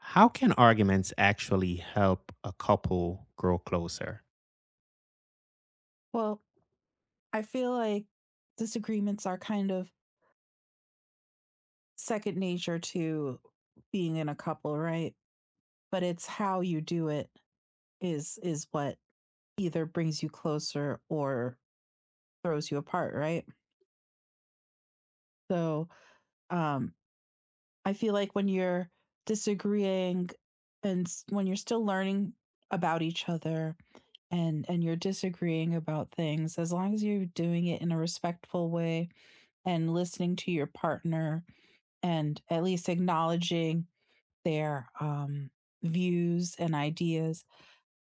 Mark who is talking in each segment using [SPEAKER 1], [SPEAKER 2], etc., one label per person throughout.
[SPEAKER 1] How can arguments actually help a couple grow closer?
[SPEAKER 2] Well, I feel like disagreements are kind of second nature to being in a couple, right? But it's how you do it is what either brings you closer or throws you apart, right? So, um I feel like when you're disagreeing when you're still learning about each other and you're disagreeing about things, as long as you're doing it in a respectful way and listening to your partner and at least acknowledging their views and ideas.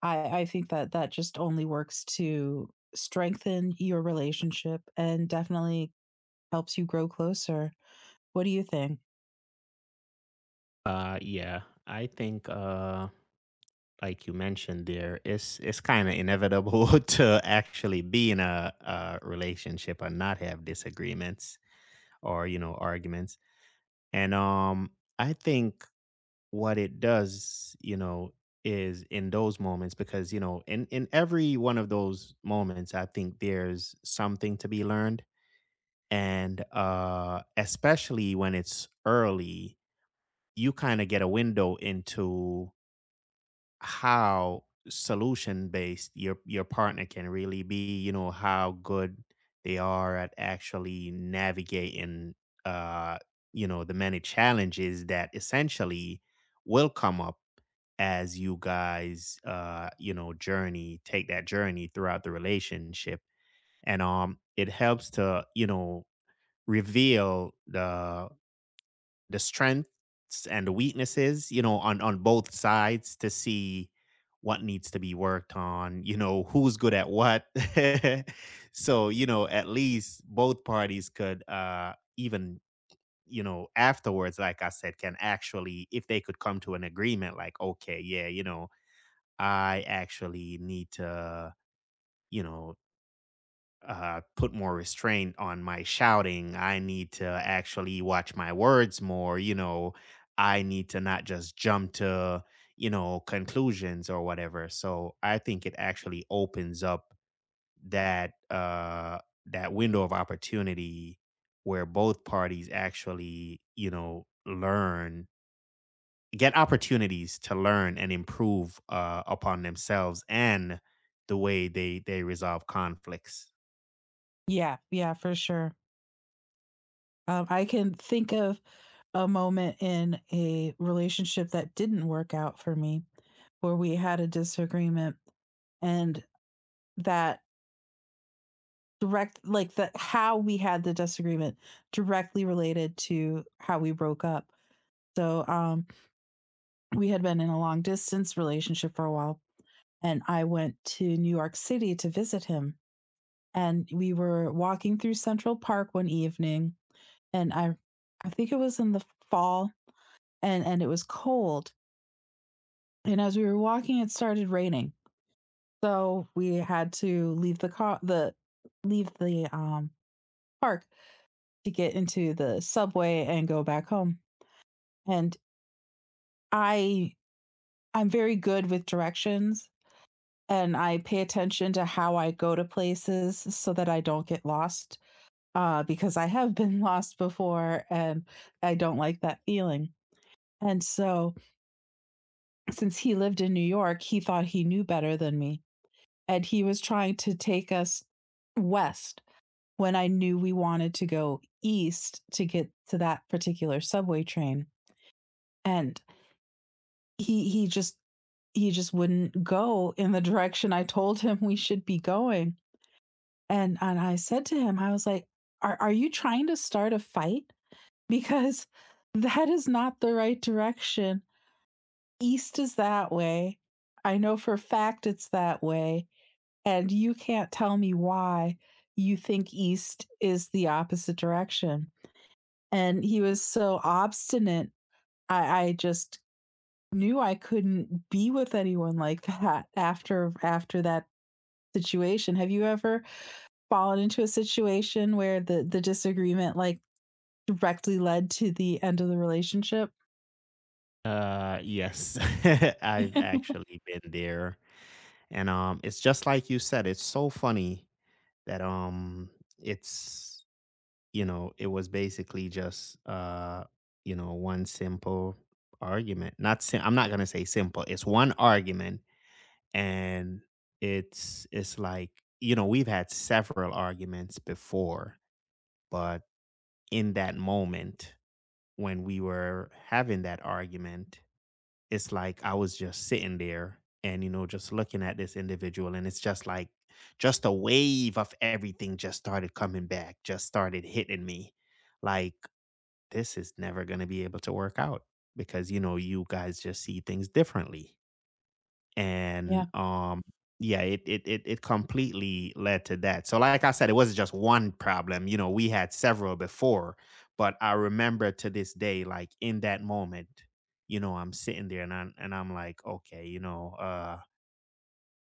[SPEAKER 2] I think that that just only works to strengthen your relationship and definitely helps you grow closer. What do you think?
[SPEAKER 1] Yeah, I think like you mentioned there, it's kind of inevitable to actually be in a relationship and not have disagreements or you know arguments. And I think what it does, you know, is in those moments because you know in every one of those moments, I think there's something to be learned and especially when it's early, you kind of get a window into how solution based your partner can really be. You know how good they are at actually navigating, uh, you know, the many challenges that essentially will come up as you guys, you know, journey take that journey throughout the relationship, and it helps to you know reveal the strengths and the weaknesses, you know, on both sides to see what needs to be worked on, you know, who's good at what. So, you know, at least both parties could even, you know, afterwards like I said can actually if they could come to an agreement like okay, yeah, you know, I actually need to, you know, put more restraint on my shouting. I need to actually watch my words more. You know, I need to not just jump to, you know, conclusions or whatever. So I think it actually opens up that that window of opportunity where both parties actually, you know, learn, get opportunities to learn and improve upon themselves and the way they resolve conflicts.
[SPEAKER 2] Yeah, yeah, for sure. I can think of a moment in a relationship that didn't work out for me where we had a disagreement and that the how we had the disagreement directly related to how we broke up. So, we had been in a long distance relationship for a while, and I went to New York City to visit him, and we were walking through Central Park one evening, and I think it was in the fall, and it was cold, and as we were walking, it started raining. So, we had to leave the, park to get into the subway and go back home. And I I'm very good with directions, and I pay attention to how I go to places so that I don't get lost, because I have been lost before and I don't like that feeling. And so, since he lived in New York, he thought he knew better than me. And he was trying to take us west when I knew we wanted to go east to get to that particular subway train. And he he just he just wouldn't go in the direction I told him we should be going. And I said to him, I was like, "Are you trying to start a fight? Because that is not the right direction. East is that way. I know for a fact it's that way, and you can't tell me why you think east is the opposite direction." And he was so obstinate. I just Knew I couldn't be with anyone like that after that situation. Have you ever fallen into a situation where the disagreement, like, directly led to the end of the relationship?
[SPEAKER 1] Yes, I've actually been there, and it's just like you said, it's so funny that, it's You know, it was basically just, you know, one simple argument. Not sim I'm not gonna say simple, it's one argument, and it's like, you know, we've had several arguments before, but in that moment when we were having that argument it's like I was just sitting there and, you know, just looking at this individual. And it's just like, just a wave of everything just started coming back, just started hitting me. Like, this is never going to be able to work out because, you know, you guys just see things differently and
[SPEAKER 2] Yeah,
[SPEAKER 1] um yeah, it, it completely led to that. So like I said, it wasn't just one problem, you know, we had several before, but I remember to this day, like in that moment, you know, I'm sitting there and I'm like, okay, you know,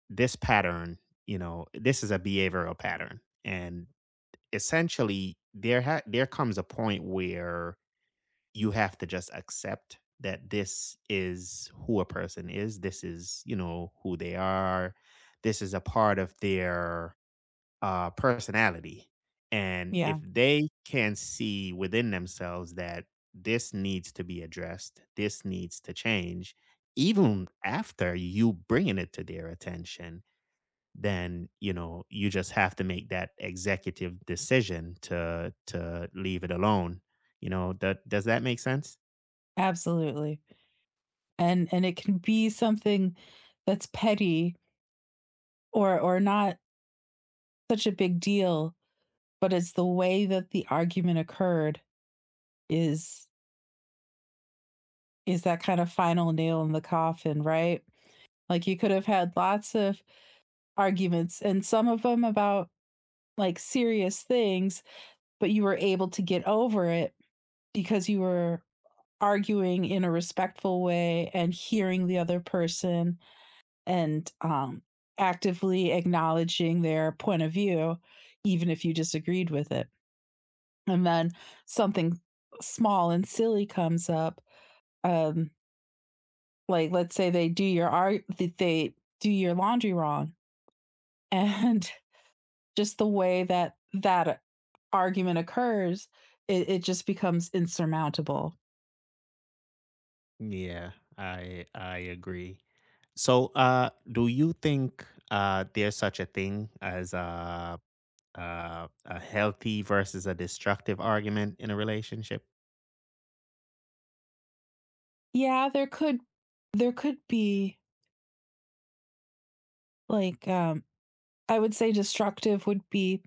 [SPEAKER 1] this pattern, you know, this is a behavioral pattern, and essentially there comes a point where you have to just accept that this is who a person is. This is, you know, who they are. This is a part of their personality. And
[SPEAKER 2] yeah,
[SPEAKER 1] if they can see within themselves that this needs to be addressed, this needs to change, even after you bringing it to their attention, then you know you just have to make that executive decision to leave it alone. You know, that, does that make sense?
[SPEAKER 2] absolutely, and it can be something that's petty or not such a big deal, but it's the way that the argument occurred is is that kind of final nail in the coffin, right? Like, you could have had lots of arguments and some of them about like serious things, but you were able to get over it because you were arguing in a respectful way and hearing the other person and actively acknowledging their point of view, even if you disagreed with it. And then something small and silly comes up. Um, like let's say they do your laundry wrong and just the way that that argument occurs, it just becomes insurmountable.
[SPEAKER 1] Yeah, I agree. So, do you think there's such a thing as a healthy versus a destructive argument in a relationship?
[SPEAKER 2] Yeah, there could be like I would say destructive would be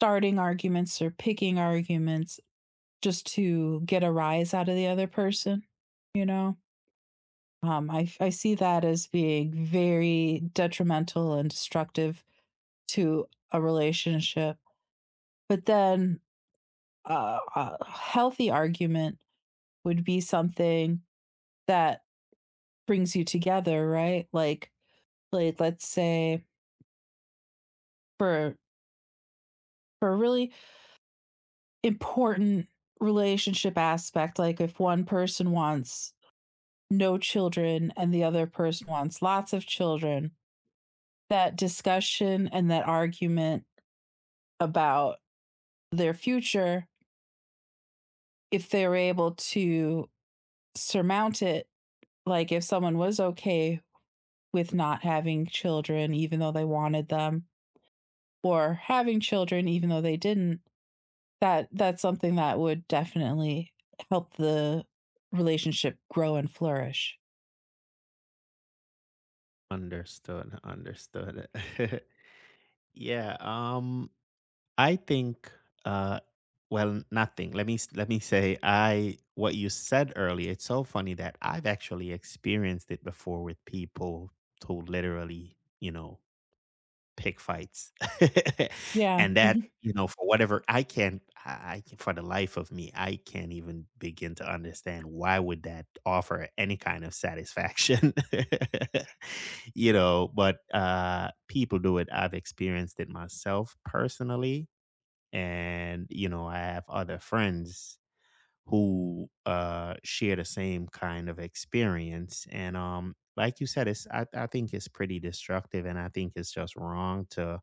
[SPEAKER 2] starting arguments or picking arguments just to get a rise out of the other person, you know? I see that as being very detrimental and destructive to a relationship. But then a healthy argument would be something that brings you together, right? Like let's say for for a really important relationship aspect, like if one person wants no children and the other person wants lots of children, that discussion and that argument about their future, if they're able to surmount it, like if someone was okay with not having children even though they wanted them, or having children even though they didn't, that that's something that would definitely help the relationship grow and flourish.
[SPEAKER 1] Understood. Understood. Yeah. I think. Uh, well, nothing. Let me say. I what you said earlier. It's so funny that I've actually experienced it before with people who literally, you know, pick fights.
[SPEAKER 2] Yeah.
[SPEAKER 1] And that,
[SPEAKER 2] Mhm.
[SPEAKER 1] you know, for whatever I can't I can, for the life of me, I can't even begin to understand why would that offer any kind of satisfaction. You know, but, people do it. I've experienced it myself personally, and, you know, I have other friends who, share the same kind of experience, and, like you said, it's, I think it's pretty destructive, and I think it's just wrong to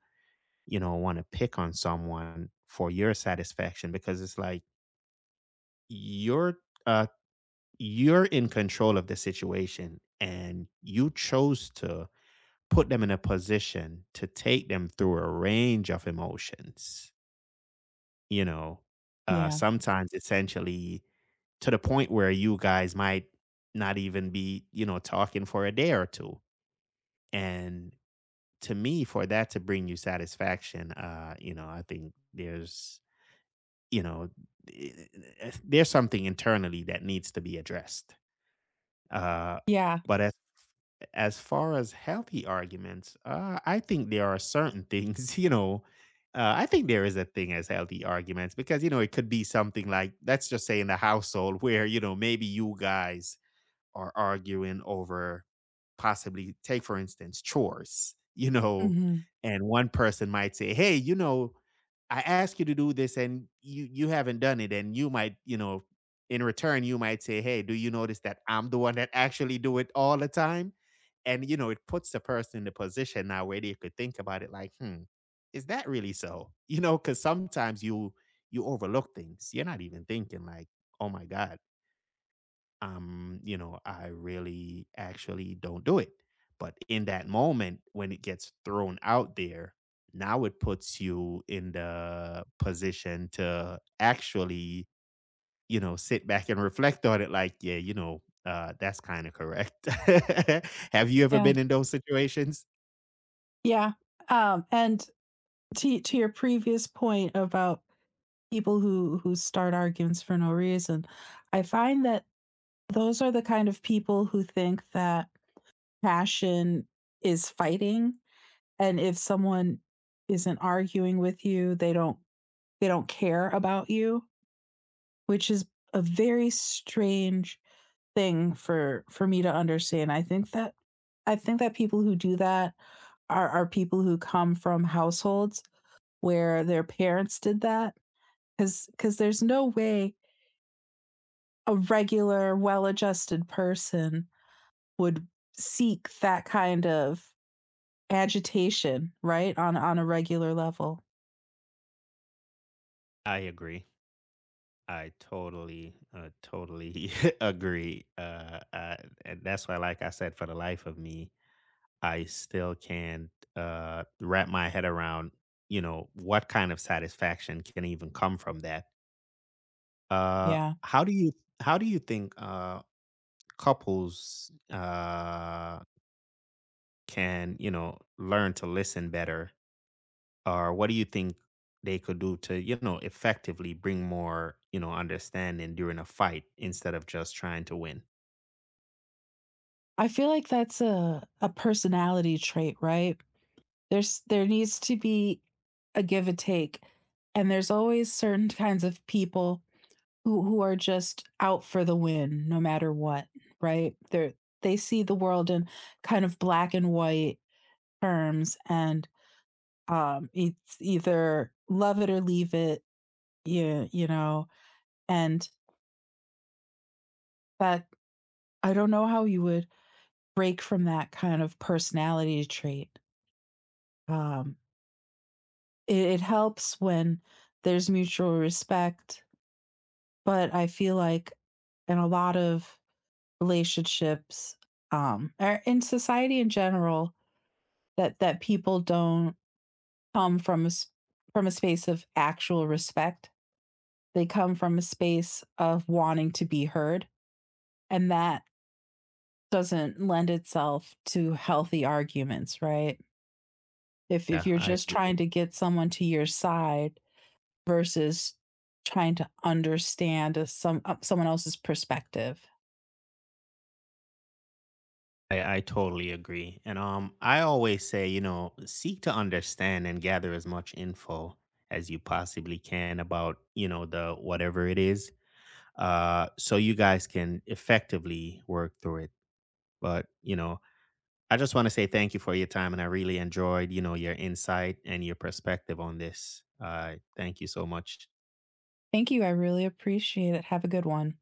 [SPEAKER 1] you know, want to pick on someone for your satisfaction because it's like you're uh you're in control of the situation and you chose to put them in a position to take them through a range of emotions, you know,
[SPEAKER 2] Yeah.
[SPEAKER 1] sometimes essentially to the point where you guys might not even be, you know, talking for a day or two. And to me, for that to bring you satisfaction, you know, I think there's you know, eh, eh, there's something internally that needs to be addressed. Uh,
[SPEAKER 2] Yeah.
[SPEAKER 1] but as far as healthy arguments, I think there are certain things, you know, I think there is a thing as healthy arguments because, you know, it could be something like, let's just say in the household where, you know, maybe you guys are arguing over possibly take for instance chores, you know,
[SPEAKER 2] Mhm.
[SPEAKER 1] and one person might say hey you know I asked you to do this and you haven't done it, and you might you know in return you might say hey do you notice that I'm the one that actually do it all the time, and you know it puts the person in the position now where they could think about it like hmm, is that really so, you know, because sometimes you overlook things, you're not even thinking like, oh my god, you know, I really actually don't do it. But in that moment, when it gets thrown out there, now it puts you in the position to actually, you know, sit back and reflect on it like, yeah, you know, that's kind of correct. Have you ever
[SPEAKER 2] Yeah.
[SPEAKER 1] been in those situations?
[SPEAKER 2] Yeah. And to your previous point about people who start arguments for no reason, I find that those are the kind of people who think that passion is fighting, and if someone isn't arguing with you, they don't care about you. Which is a very strange thing for me to understand. I think that people who do that are people who come from households where their parents did that, cuz there's no way a regular well-adjusted person would seek that kind of agitation, right? On a regular level.
[SPEAKER 1] I agree. I totally, totally agree. And that's why, like I said, for the life of me, I still can't wrap my head around, you know, what kind of satisfaction can even come from that. Uh,
[SPEAKER 2] Yeah.
[SPEAKER 1] how do you how do you think couples can you know learn to listen better, or what do you think they could do to you know effectively bring more you know understanding during a fight instead of just trying to win?
[SPEAKER 2] I feel like that's a personality trait, right? There's there needs to be a give and take, and there's always certain kinds of people who are just out for the win no matter what, right? They see the world in kind of black and white terms, and, it's either love it or leave it, yeah, you know? And that, I don't know how you would break from that kind of personality trait. Um, it it helps when there's mutual respect. But I feel like in a lot of relationships, or in society in general, that people don't come from a from a space of actual respect. They come from a space of wanting to be heard, and that doesn't lend itself to healthy arguments, right? If
[SPEAKER 1] Yeah,
[SPEAKER 2] you're
[SPEAKER 1] I
[SPEAKER 2] just
[SPEAKER 1] agree.
[SPEAKER 2] trying to get someone to your side versus trying to understand a, some someone else's perspective.
[SPEAKER 1] I totally agree. And I always say, you know, seek to understand and gather as much info as you possibly can about, you know, the whatever it is. So you guys can effectively work through it. But, you know, I just want to say thank you for your time and I really enjoyed, you know, your insight and your perspective on this. Thank you so much.
[SPEAKER 2] Thank you. I really appreciate it. Have a good one.